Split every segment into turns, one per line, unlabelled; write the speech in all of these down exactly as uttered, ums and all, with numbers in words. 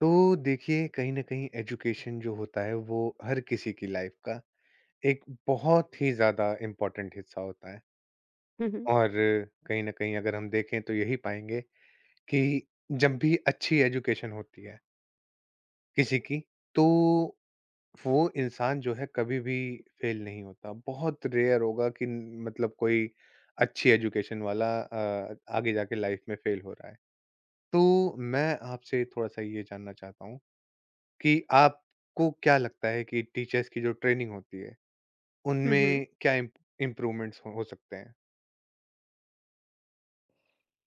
तो देखिए कहीं ना कहीं एजुकेशन जो होता है वो हर किसी की लाइफ का एक बहुत ही ज्यादा इम्पोर्टेंट हिस्सा होता है
हुँ, हुँ।
और कहीं ना कहीं अगर हम देखें तो यही पाएंगे कि जब भी अच्छी एजुकेशन होती है किसी की तो वो इंसान जो है कभी भी फेल नहीं होता बहुत रेयर होगा कि न- मतलब कोई अच्छी एजुकेशन वाला अ, आगे जाके लाइफ में फेल हो रहा है तो मैं आपसे थोड़ा सा ये जानना चाहता हूँ कि आपको क्या लगता है कि टीचर्स की जो ट्रेनिंग होती है,
हुँ, हुँ।
उनमें क्या इम इम्प्रूवमेंट्स हो हो सकते हैं?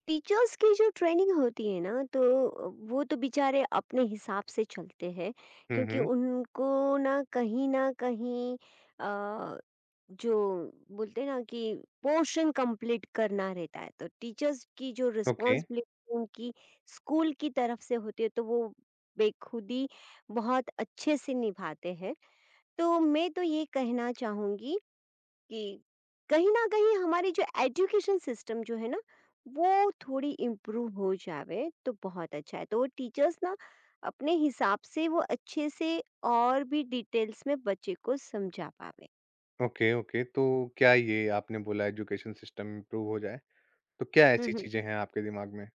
टीचर्स की जो ट्रेनिंग होती है ना तो वो तो बेचारे अपने हिसाब से चलते हैं।
हुँ,
क्योंकि
हुँ।
उनको ना कहीं न कहीं अ, जो बोलते हैं ना कि पोर्शन कंप्लीट करना रहता है। तो टीचर्स की जो
ओके,
रिस्पॉन्सिबिलिटी उनकी स्कूल की तरफ से होती है तो वो बेखुदी बहुत अच्छे से निभाते हैं। तो मैं तो ये कहना चाहूँगी कि कहीं न कहीं हमारी जो एजुकेशन सिस्टम जो है ना, वो थोड़ी इम्प्रूव हो जावे तो बहुत अच्छा है। तो टीचर्स ना अपने हिसाब से वो अच्छे से और भी डिटेल्स में बच्चे को समझा पावे।
Okay, okay. तो क्या ये आपने बोला एजुकेशन सिस्टम इम्प्रूव हो जाए, तो क्या
हुँ,
ऐसी
हुँ।
चीज़ें हैं आपके दिमाग में?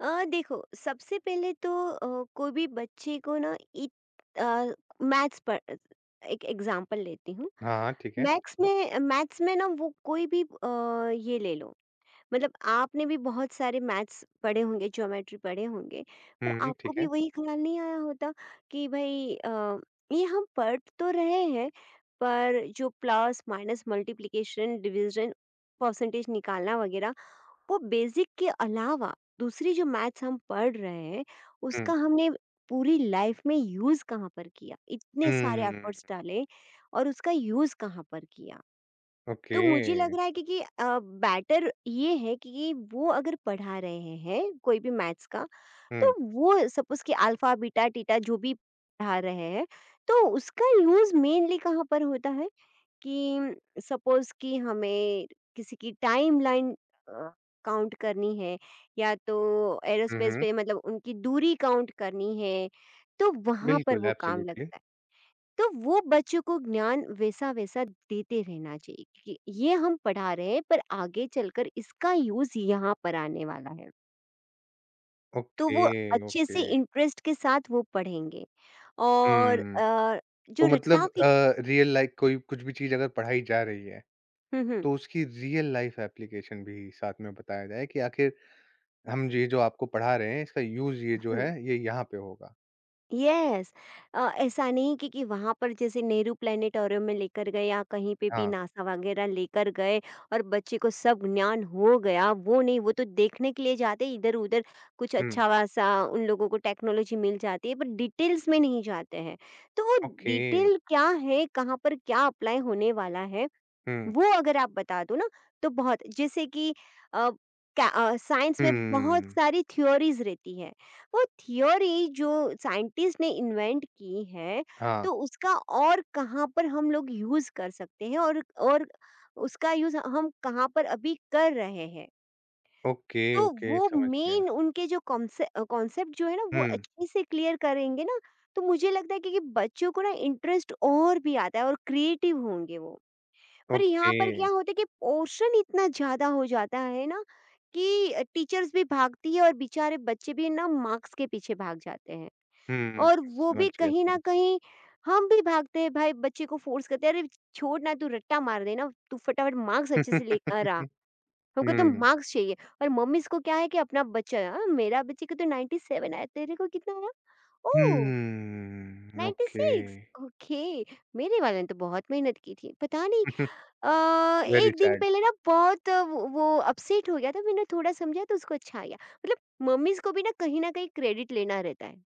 अ, देखो, सबसे पहले तो अ, कोई भी बच्चे को ना इत अ, मैथ्स पर एक एग्ज़ाम्पल लेती हूँ।
हाँ, हाँ, ठीक है।
मैथ्स में मैथ्स में ना वो कोई भी अ, ये ले लो, मतलब आपने भी बहुत सारे मैथ्स पढ़े होंगे, ज्योमेट्री पढ़े होंगे, पर
हुँ,
आपको
ठीक है।
भी वही ख़्याल नहीं आया होता कि भई, अ, ये हम पढ़ तो रहे हैं, पर जो plus, minus, multiplication, division, percentage निकालना वग़ैरह, वो बेसिक के अलावा दूसरी जो मैथ्स हम पढ़ रहे हैं,
हुँ,
उसका हमने पूरी लाइफ़ में यूज़ कहाँ पर किया? इतने सारे
हुँ,
एफ़र्ट्स डाले और उसका यूज़ कहाँ पर किया?
ओके।
तो मुझे लग रहा है कि, कि अ, बेटर ये है कि कि वो अगर पढ़ा रहे हैं कोई भी मैथ्स का,
हुँ,
तो वो सपोज़ कि अल्फ़ा, बीटा, थीटा जो भी पढ़ा रहे हैं, तो उसका यूज़ मेनली कहाँ पर होता है कि सपोज़ कि हमें किसी की टाइमलाइन अ, काउंट करनी है, या तो
हुँ,
एयरोस्पेस
हुँ।
पे मतलब उनकी दूरी काउंट करनी है, तो वहाँ पर
बिल्कुल,
वो काम
एब्सोल्युटली।
लगता है। तो वो बच्चों को ज्ञान वैसा-वैसा देते रहना चाहिए कि ये हम पढ़ा रहे हैं पर आगे चलकर इसका यूज़ यहाँ पर आने वाला है। तो
ओके,
वो अच्छे से
ओके।
इंटरेस्ट के साथ वो पढ़ेंगे। और
हुँ,
अ,
तो
जो
मतलब
रट्टा फी
अ, रियल लाइफ कोई कुछ भी चीज़ अगर पढ़ाई जा रही है
हुँ, हुँ।
तो उसकी रियल लाइफ एप्लीकेशन भी साथ में बताया जाए कि आखिर हम ये जो आपको पढ़ा रहे हैं इसका यूज़ ये जो
हुँ।
है ये यहाँ पे होगा।
यस। अ, ऐसा नहीं कि कि वहाँ पर जैसे नेहरू प्लैनेटोरियम में लेकर गए या कहीं पे भी
हाँ,
नासा वगैरह लेकर गए और बच्चे को सब ज्ञान हो गया, वो नहीं, वो तो देखने के लिए जाते इधर-उधर कुछ
हुँ,
अच्छा वासा उन लोगों को टेक्नोलॉजी मिल जाती है पर डिटेल्स में नहीं जाते हैं। तो वो
ओके,
डिटेल क्या है, कहाँ पर क्या अप्लाई होने वाला है,
हुँ,
वो अगर आप बता दो ना तो बहुत। जैसे कि अ, क्या- अ, साइंस में बहुत
हुँ,
सारी थ्योरीज रहती है, वो थ्योरी जो साइंटिस्ट ने इन्वेंट की है,
हाँ,
तो उसका और कहाँ पर हम लोग यूज कर सकते हैं, और और उसका यूज हम कहाँ पर अभी कर रहे हैं।
ओके,
तो
ओके
वो
समझ गया।
मेन उनके जो कॉन्सेप्ट जो है ना वो
हुँ,
अच्छे से क्लियर करेंगे ना, तो मुझे लगता है कि कि बच्चों को ना इंटरेस्ट और भी आता है और क्रिएटिव होंगे वो। पर
ओके,
यहाँ पर क्या होता है कि पोर्शन इतना ज़्यादा हो जाता है ना कि टीचर्स भी भागती है और बेचारे बच्चे भी ना मार्क्स के पीछे भाग जाते हैं।
हुँ,
और वो
समझ
भी
गया,
कहीं ना
समझ
कहीं हम भी भागते हैं भाई, बच्चे को फोर्स करते हैं, अरे छोड़ ना तू, रट्टा मार देना तू फटाफट, मार्क्स
गया।
अच्छे से लेकर आ, हमको तो
हुँ,
मार्क्स चाहिए। और मम्मी को क्या है कि अपना बच्चा, "हाँ, मेरा बच्चे को तो नाइंटी सेवन आया, तेरे को कितना आया?" "ओह,
हुँ, ओके
छियानवे।" "ओके, मेरे वाले ने तो बहुत मेहनत की थी, पता नहीं, अ,
वेरी
एक दिन
सैड।
पहले ना बहुत, अ, वो वो अपसेट हो गया था, मैंने थोड़ा समझा तो उसको अच्छा आ गया।" मतलब मम्मीज़ को भी ना कहीं न कहीं क्रेडिट लेना रहता है।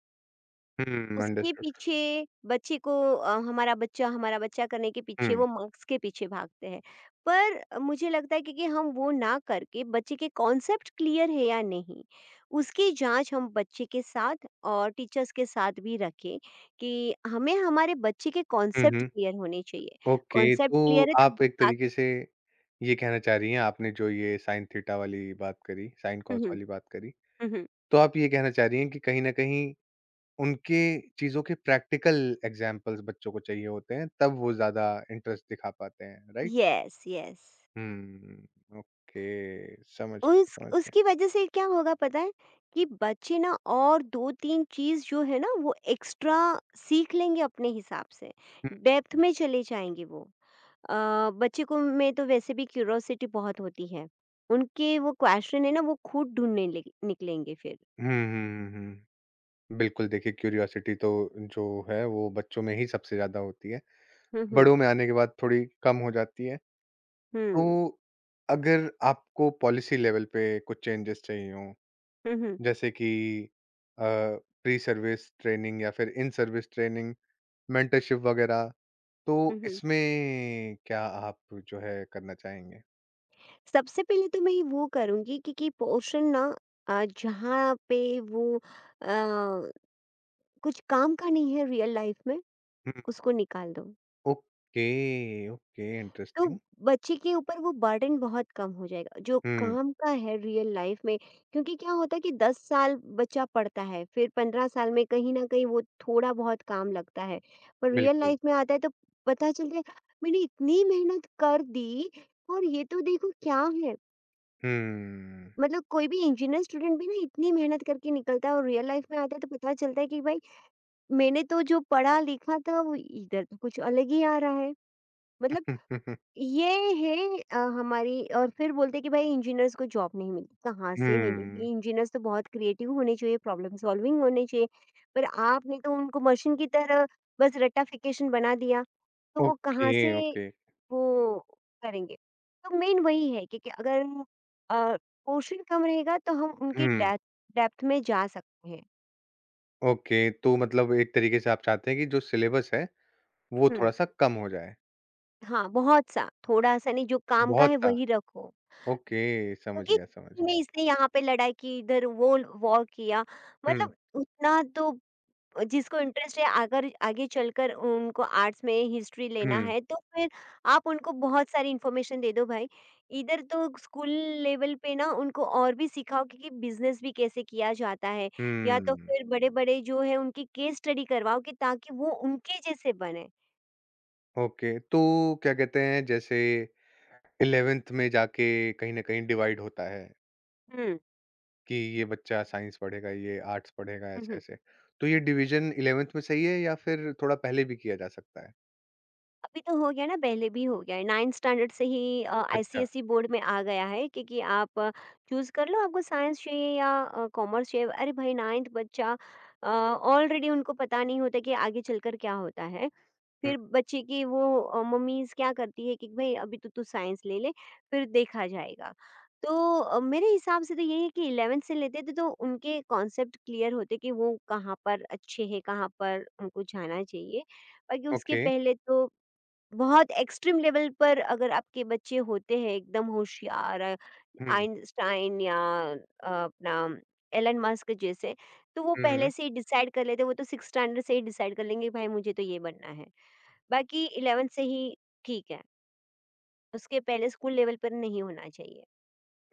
हुँ,
उसके
अंडरस्टूड
पीछे बच्चे को, अ, हमारा बच्चा, हमारा बच्चा करने के पीछे
हुँ,
वो मार्क्स के पीछे भागते हैं। पर मुझे लगता है कि कि हम वो ना करके, बच्चे के कॉन्सेप्ट क्लियर है या नहीं, उसकी जाँच हम बच्चे के साथ और टीचर्स के साथ भी रखें कि हमें हमारे बच्चे के
हुँ,
कॉन्सेप्ट
हुँ।
क्लियर होने चाहिए।
ओके,
कॉन्सेप्ट
तो
क्लियर है तो
आप एक
बाक
तरीके से ये कहना चाह रही हैं, आपने जो ये साइन थीटा वाली बात करी, साइन
हुँ,
कॉस
हुँ।
वाली बात करी,
हुँ, हुँ।
तो आप ये कहना चाह रही हैं कि कहीं न कहीं उनके चीज़ों के प्रैक्टिकल एग्ज़ाम्पल्स बच्चों को चाहिए होते हैं, तब वो ज़्यादा इंटरेस्ट दिखा पाते हैं, right?
Yes, yes.
Hmm, okay, समझ गया,
उस
समझ गया।
उसकी वजह से क्या होगा पता है? कि बच्चे ना और दो तीन चीज़ जो है ना वो एक्स्ट्रा सीख लेंगे अपने हिसाब से,
हुँ,
डेप्थ
हुँ।
में चले जाएँगे वो। अ, बच्चे को में तो वैसे भी क्यूरोसिटी बहुत होती है। उनके वो क्वेश्चन है ना वो खुद ढूँढने लगे निकलेंगे फिर।
हुँ, हुँ, हुँ, हुँ। बिल्कुल, देखिए क्यूरियोसिटी तो जो है, वो बच्चों में ही सबसे ज़्यादा होती है,
हुँ, हुँ,
बड़ों में आने के बाद थोड़ी कम हो जाती है।
हुँ,
तो अगर आपको पॉलिसी लेवल पे कुछ चेंजेस चाहिए हों,
हुँ, हुँ,
जैसे कि प्री सर्विस ट्रेनिंग या फिर इन सर्विस ट्रेनिंग, मेंटरशिप वगैरह,
हुँ,
तो
हुँ।
इसमें क्या आप जो है करना चाहेंगे?
सबसे पहले तो मैं ये वो करूँगी कि कि पोर्शन ना, अ, जहाँ पे वो अ कुछ काम का नहीं है रियल लाइफ में,
हुँ,
उसको निकाल दो।
ओके, ओके
तो
इंटरेस्टिंग।
बच्चे के ऊपर वो बर्डन बहुत कम हो जाएगा, जो
हुँ,
काम का है रियल लाइफ में। क्योंकि क्या होता है कि दस साल बच्चा पढ़ता है, फिर पंद्रह साल में कहीं ना कहीं वो थोड़ा बहुत काम लगता है, पर रियल
बिल्कुल।
लाइफ में आता है तो पता चलता है, मैंने इतनी मेहनत कर दी और ये तो देखो क्या है।
हुँ।
मतलब कोई भी इंजीनियर स्टूडेंट भी ना इतनी मेहनत करके निकलता है और रियल लाइफ में आता है तो पता चलता है कि भाई, मैंने तो जो पढ़ा लिखा था वो इधर तो कुछ अलग ही आ रहा है। मतलब ये है। अ, हमारी। और फिर बोलते हैं कि भाई, इंजीनियर्स को जॉब नहीं मिली, कहाँ से
हुँ,
मिलेगी? इंजीनियर्स तो बहुत क्रिएटिव होने चाहिए, प्रॉब्लम सॉल्विंग होने चाहिए, पर आपने तो उनको मशीन की तरह बस रट्टाफिकेशन बना दिया, तो वो
ओके,
कहाँ से
ओके।
वो करेंगे? तो मेन वही है कि कि अगर अ, पोर्शन कम रहेगा तो हम उनके
हुँ,
डेप्थ डेप्थ में जा सकते हैं।
ओके, तो मतलब एक तरीके से आप चाहते हैं कि जो सिलेबस है, वो
हुँ,
थोड़ा-सा कम हो जाए,
हाँ, बहुत-सा, थोड़ा-सा नहीं, जो काम का है
बहुत-सा।
वही रखो।
ओके, समझ
क्योंकि
गया, समझ गया।
ने इसने यहाँ पे लड़ाई की, इधर वो वॉर किया,
हुँ,
मतलब उतना तो, जिसको इंटरेस्ट है अगर आगे चलकर उनको आर्ट्स में हिस्ट्री लेना
हुँ,
है, तो फिर आप उनको बहुत सारी इन्फॉर्मेशन दे दो भाई। इधर तो स्कूल लेवल पे ना उनको और भी सिखाओ कि बिज़नेस भी कैसे किया जाता है, या तो
हुँ।
फिर बड़े-बड़े जो हैं उनकी केस स्टडी करवाओ कि ताकि वो उनके जैसे बने।
ओके, तो क्या कहते हैं जैसे ग्यारहवीं में जाके कहीं न कहीं डिवाइड होता है
हुँ,
कि ये बच्चा साइंस पढ़ेगा, ये आर्ट्स पढ़ेगा,
हुँ, हुँ।
ऐसे-ऐसे। तो ये डिवीज़न ग्यारहवीं में सही है या फिर थोड़ा पहले भी किया जा सकता है?
अभी तो हो गया ना, पहले भी हो गया है, नाइंथ स्टैंडर्ड से ही अ,
अच्छा,
आईसीएसई बोर्ड में आ गया है, क्योंकि आप चूज कर लो, आपको साइंस चाहिए या कॉमर्स चाहिए। अरे भाई, नाइंथ बच्चा ऑलरेडी, उनको पता नहीं होता कि आगे चलकर क्या होता है।
हुँ,
फिर बच्चे की वो, अ, मम्मीज क्या करती है कि भाई, अभी तो तू साइंस ले ले, फिर देखा जाएगा। तो अ, मेरे हिसाब से तो यही है कि इलेवेंथ से लेते थे तो उनके कॉन्सेप्ट क्लियर होते कि वो कहाँ पर अच्छे हैं, कहाँ पर उनको जाना चाहिए। बाकी उसके
ओके।
पहले तो, बहुत एक्सट्रीम लेवल पर अगर आपके बच्चे होते हैं एकदम होशियार, अ,
हुँ,
आइंस्टाइन या अ, अपना एलन मस्क जैसे, तो वो
हुँ, हुँ।
पहले से ही डिसाइड कर लेते हैं, वो तो सिक्स स्टैंडर्ड से ही डिसाइड कर लेंगे कि भाई, मुझे तो ये बनना है। बाकी इलेवेंथ से ही ठीक है, उसके पहले स्कूल लेवल पर नहीं होना चाहिए।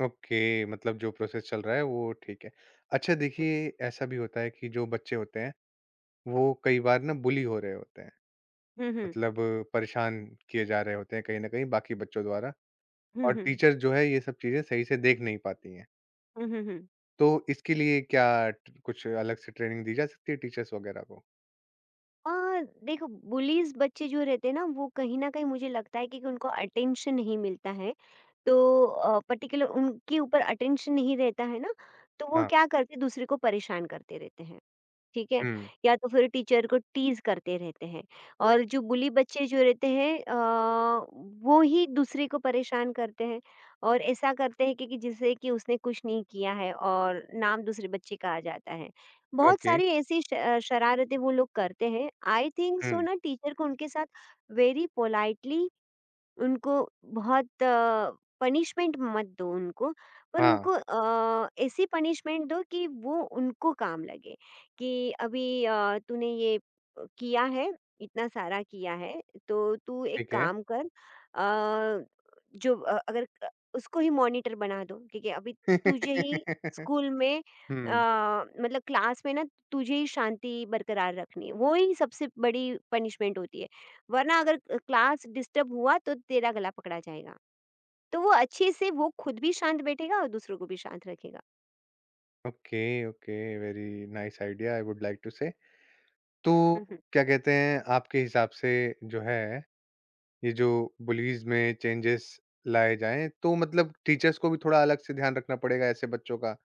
ओके, मतलब जो प्रोसेस चल रहा है वो ठीक है। अच्छा
हम्म,
देखिए, ऐसा भी होता है कि जो बच्चे होते हैं, वो कई बार ना बुली हो रहे होते हैं।
हम्म,
मतलब परेशान किए जा रहे होते हैं कहीं न कहीं बाकी बच्चों द्वारा
हम्म,
और
हम्म,
टीचर जो है ये सब चीज़ें सही से देख नहीं पाती हैं।
हम्म, हम्म, हम्म।
तो इसके लिए क्या ट कुछ अलग से ट्रेनिंग दी जा सकती है टीचर्स वगैरह को?
अ, देखो, बुलीज बच्चे जो रहते हैं ना वो कहीं न कहीं मुझे लगता है कि कि उनको अटेंशन नहीं मिलता है। तो अ, पर्टिकुलर उनके ऊपर अटेंशन नहीं रहता है ना, तो वो
हाँ।
क्या करते हैं, दूसरे को परेशान करते रहते हैं। ठीक है?
हुँ,
या तो फिर टीचर को टीज़ करते रहते हैं, और जो बुली बच्चे जो रहते हैं अ, वो ही दूसरे को परेशान करते हैं और ऐसा करते हैं कि कि जिससे कि उसने कुछ नहीं किया है और नाम दूसरे बच्चे का आ जाता है। बहुत
ओके।
सारी ऐसी श अ, शरारतें वो लोग करते हैं। आई थिंक सो
हुँ,
ना, टीचर को उनके साथ वेरी पोलाइटली, उनको बहुत अ, पनिशमेंट मत दो उनको, पर
हाँ,
उनको अ, ऐसी पनिशमेंट दो कि वो उनको काम लगे, कि अभी अ, तूने ये अ, किया है, इतना सारा किया है, तो तू एक
ठीक है।
काम कर, अ, जो अ, अगर अ, उसको ही मॉनिटर बना दो, ठीक है? अभी तुझे ही स्कूल में अ,
हुँ,
मतलब क्लास में ना तुझे ही शांति बरकरार रखनी है, वो ही सबसे बड़ी पनिशमेंट होती है। वरना अगर अ, क्लास डिस्टर्ब हुआ तो तेरा गला पकड़ा जाएगा। तो वो अच्छे से वो खुद भी शांत बैठेगा और दूसरों को भी शांत रखेगा।
Okay, okay, very nice idea I would like to say. तो
हुँ, हुँ।
क्या कहते हैं आपके हिसाब से जो है ये जो बुलीज में चेंजेस लाए जाएँ, तो मतलब टीचर्स को भी थोड़ा अलग से ध्यान रखना पड़ेगा ऐसे बच्चों का,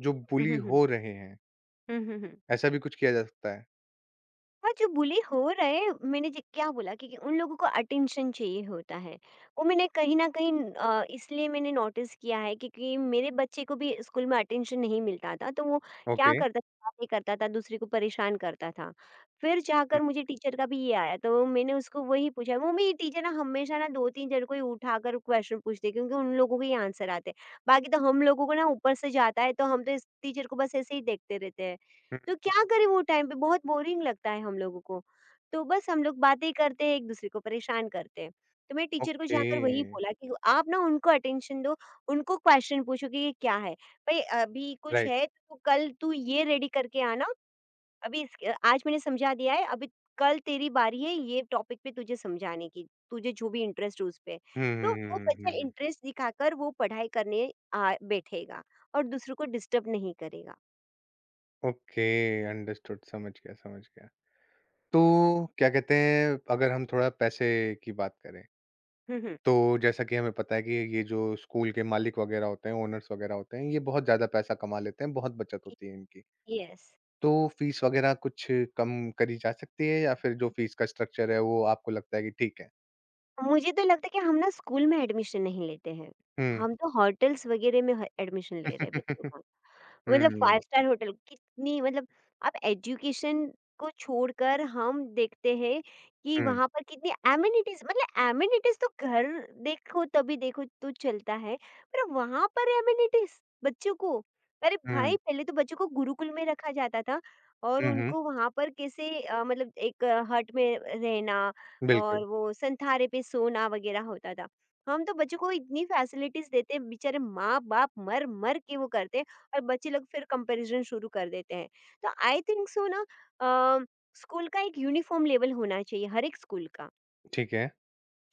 जो
हुँ,
बुली
हुँ, हुँ।
हो रहे हैं,
हुँ, हुँ, हुँ।
ऐसा भी कुछ किया जा सकता है?
हाँ, जो बुली हो रहे हैं, मैंने ज क्या बोला कि कि उन लोगों को अटेंशन चाहिए होता है। वो मैंने कहीं न कहीं अ, इसलिए मैंने नोटिस किया है क्योंकि मेरे बच्चे को भी स्कूल में अटेंशन नहीं मिलता था, तो वो क्या
ओके।
करता था, बातें करता था, दूसरे को परेशान करता था। फिर
हुँ,
जाकर मुझे टीचर का भी ये आया, तो मैंने उसको वही पूछा, वो मेरी टीचर ना हमेशा ना दो तीन जन को ही उठाकर क्वेश्चन पूछती है क्योंकि उन लोगों के ही आंसर आते हैं। बाकी तो हम लोगों को ना ऊपर से जाता है, तो हम तो इस टीचर को बस ऐसे ही देखते रहते हैं।
हुँ,
तो क्या करें वो टाइम पे बहुत बोरिंग लगता है हम लोगों को। तो बस हम लोग बातें करते हैं, एक-दूसरे को परेशान करते हैं। तो मैं टीचर को
ओके,
जाकर वही बोला कि आप ना उनको अटेंशन दो, उनको क्वेश्चन पूछो कि ये क्या है? भई अभी कुछ
राइट।
है तो कल तू ये रेडी करके आना, अभी इस आज मैंने समझा दिया है, अभी कल तेरी बारी है ये टॉपिक पे तुझे समझाने की, तुझे जो भी इंटरेस्ट हो उस पे।
हुँ,
तो
हुँ,
वो
हुँ, हुँ,
बच्चा
हुँ, हुँ।
इंटरेस्ट दिखाकर वो पढ़ाई करने आ बैठेगा और दूसरों को डिस्टर्ब नहीं करेगा।
ओके, अंडरस्टूड, समझ गया, समझ गया। तो क्या कहते हैं, अगर हम थोड़ा पैसे की बात करें,
हुँ, हुँ।
तो जैसा कि हमें पता है कि ये जो स्कूल के मालिक वगैरह होते हैं, ओनर्स वगैरह होते हैं, ये बहुत ज़्यादा पैसा कमा लेते हैं, बहुत बचत होती है इनकी।
यस।
तो फीस वगैरह कुछ कम करी जा सकती है या फिर जो फीस का स्ट्रक्चर है वो आपको लगता है कि ठीक है?
मुझे तो लगता है कि हम ना स्कूल में एडमिशन नहीं लेते हैं,
हुँ।
हम तो होटल्स वगैरह में ह एडमिशन ले रहे हैं बच्चों का।
हुँ,
मतलब फाइव
हुँ,
स्टार होटल कितनी मतलब आप एजुकेशन को छोड़कर हम देखते हैं कि
हुँ,
वहाँ पर कितनी एमिनिटीज, मतलब एमिनिटीज तो घर देखो, तभी देखो तो चलता है, पर वहाँ पर एमिनिटीज बच्चों को। अरे
हुँ,
भाई, पहले तो बच्चों को गुरुकुल में रखा जाता था और
हुँ,
उनको वहाँ पर कैसे, अ, मतलब एक हट में रहना
बिल्कुल,
और वो संथारे पे सोना वगैरह होता था। हम तो बच्चों को इतनी फैसिलिटीज देते हैं, बेचारे माँ बाप मर मर के वो करते हैं और बच्चे लोग फिर कंपैरिजन शुरू कर देते हैं। तो आई थिंक सो ना, अ, स्कूल का एक यूनिफॉर्म लेवल होना चाहिए, हर एक स्कूल का।
ठीक है।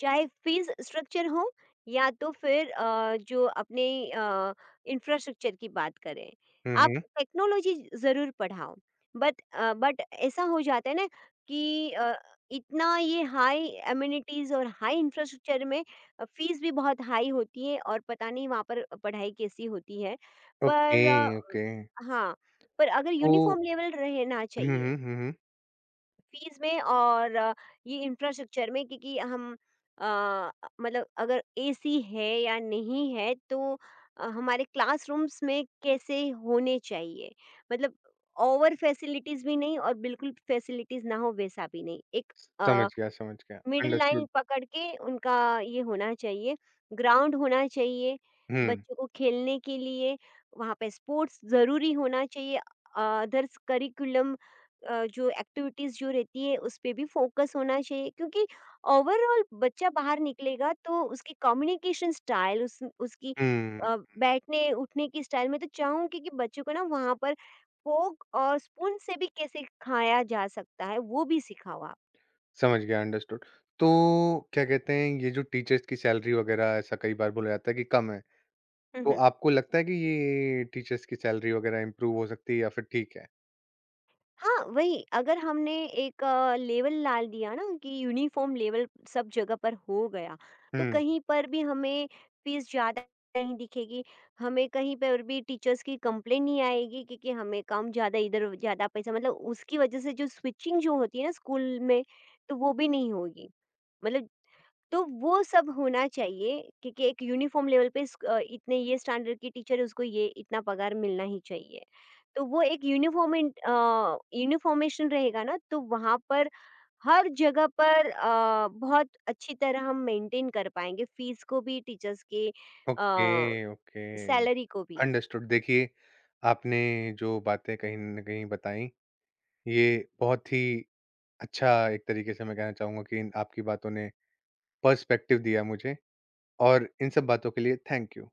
चाहे फीस स्ट्रक्चर हो या तो फिर अ, जो अपने इंफ्रास्ट्रक्चर की बात करें,
हुँ,
आप
हुँ,
टेक्नोलॉजी ज़रूर पढ़ाओ, बट बट ऐसा हो जाता है ना कि अ, इतना ये हाई एम्यूनिटीज़ और हाई इंफ्रास्ट्रक्चर में फीस भी बहुत हाई होती है और पता नहीं वहाँ पर पढ़ाई कैसी होती है।
ओके,
पर अ,
ओके।
हाँ, पर अगर
तो
यूनिफॉर्म लेवल रहना
हुँ,
चाहिए
हुँ, हुँ, हुँ,
फीस में और अ, ये इंफ्रास्ट्रक्चर में, क्योंकि हम अ, मतलब अगर एसी है या नहीं है, तो अ, हमारे क्लासरूम्स में कैसे होने चाहिए, मतलब ओवर फैसिलिटीज भी नहीं और बिल्कुल फैसिलिटीज ना हो वैसा भी नहीं, एक
समझ गया, समझ गया,
मिडल लाइन
अंडरस्टूड।
पकड़ के उनका ये होना चाहिए, ग्राउंड होना चाहिए,
हुँ,
बच्चों को खेलने के लिए, वहाँ पे स्पोर्ट्स ज़रूरी होना चाहिए। अदर्स करिकुलम, अ, जो एक्टिविटीज़ जो रहती है उस पे भी फ़ोकस होना चाहिए, क्योंकि ओवरऑल बच्चा बाहर निकलेगा तो उसकी कम्युनिकेशन स्टाइल, उस उसकी
हुँ,
अ, बैठने उठने की स्टाइल। मैं तो चाहूँगी कि बच्चों को ना वहाँ पर फोक और स्पून से भी कैसे खाया जा सकता है वो भी सिखाओ आप।
समझ गया, अंडरस्टूड। तो क्या कहते हैं ये जो टीचर्स की सैलरी वगैरह ऐसा कई बार बोला जाता है कि कम है, तो आपको लगता है कि ये टीचर्स की सैलरी वगैरह इम्प्रूव हो सकती है या फिर ठीक है?
हाँ, वही अगर हमने एक अ, लेवल डाल दिया ना कि यूनिफ़ॉर्म लेवल सब जगह पर हो गया, तो
हुँ।
कहीं पर भी हमें फ़ीस ज़्यादा नहीं दिखेगी, हमें कहीं पर भी टीचर्स की कंप्लेंट नहीं आएगी कि कि हमें कम ज़्यादा इधर ज़्यादा पैसा, मतलब उसकी वजह से जो स्विचिंग जो होती है ना स्कूल में, तो वो भी नहीं होगी। मतलब तो वो सब होना चाहिए क्योंकि एक यूनिफॉर्म लेवल पे स्क- अ, इतने ये स्टैंडर्ड की टीचर है उसको ये इतना पगार मिलना ही चाहिए, तो वो एक यूनिफॉर्म यूनिफॉर्मेशन रहेगा ना, तो वहाँ पर हर जगह पर अ, बहुत अच्छी तरह हम मेंटेन कर पाएंगे फीस को भी, टीचर्स के
ओके, ओके।
सैलरी को भी।
अंडरस्टूड। देखिए, आपने जो बातें कहीं न कहीं बताई, ये बहुत ही अच्छा एक तरीके से मैं कहना चाहूँगा कि इन आपकी बातों ने पर्सपेक्टिव दिया मुझे और इन सब बातों के लिए थैंक यू।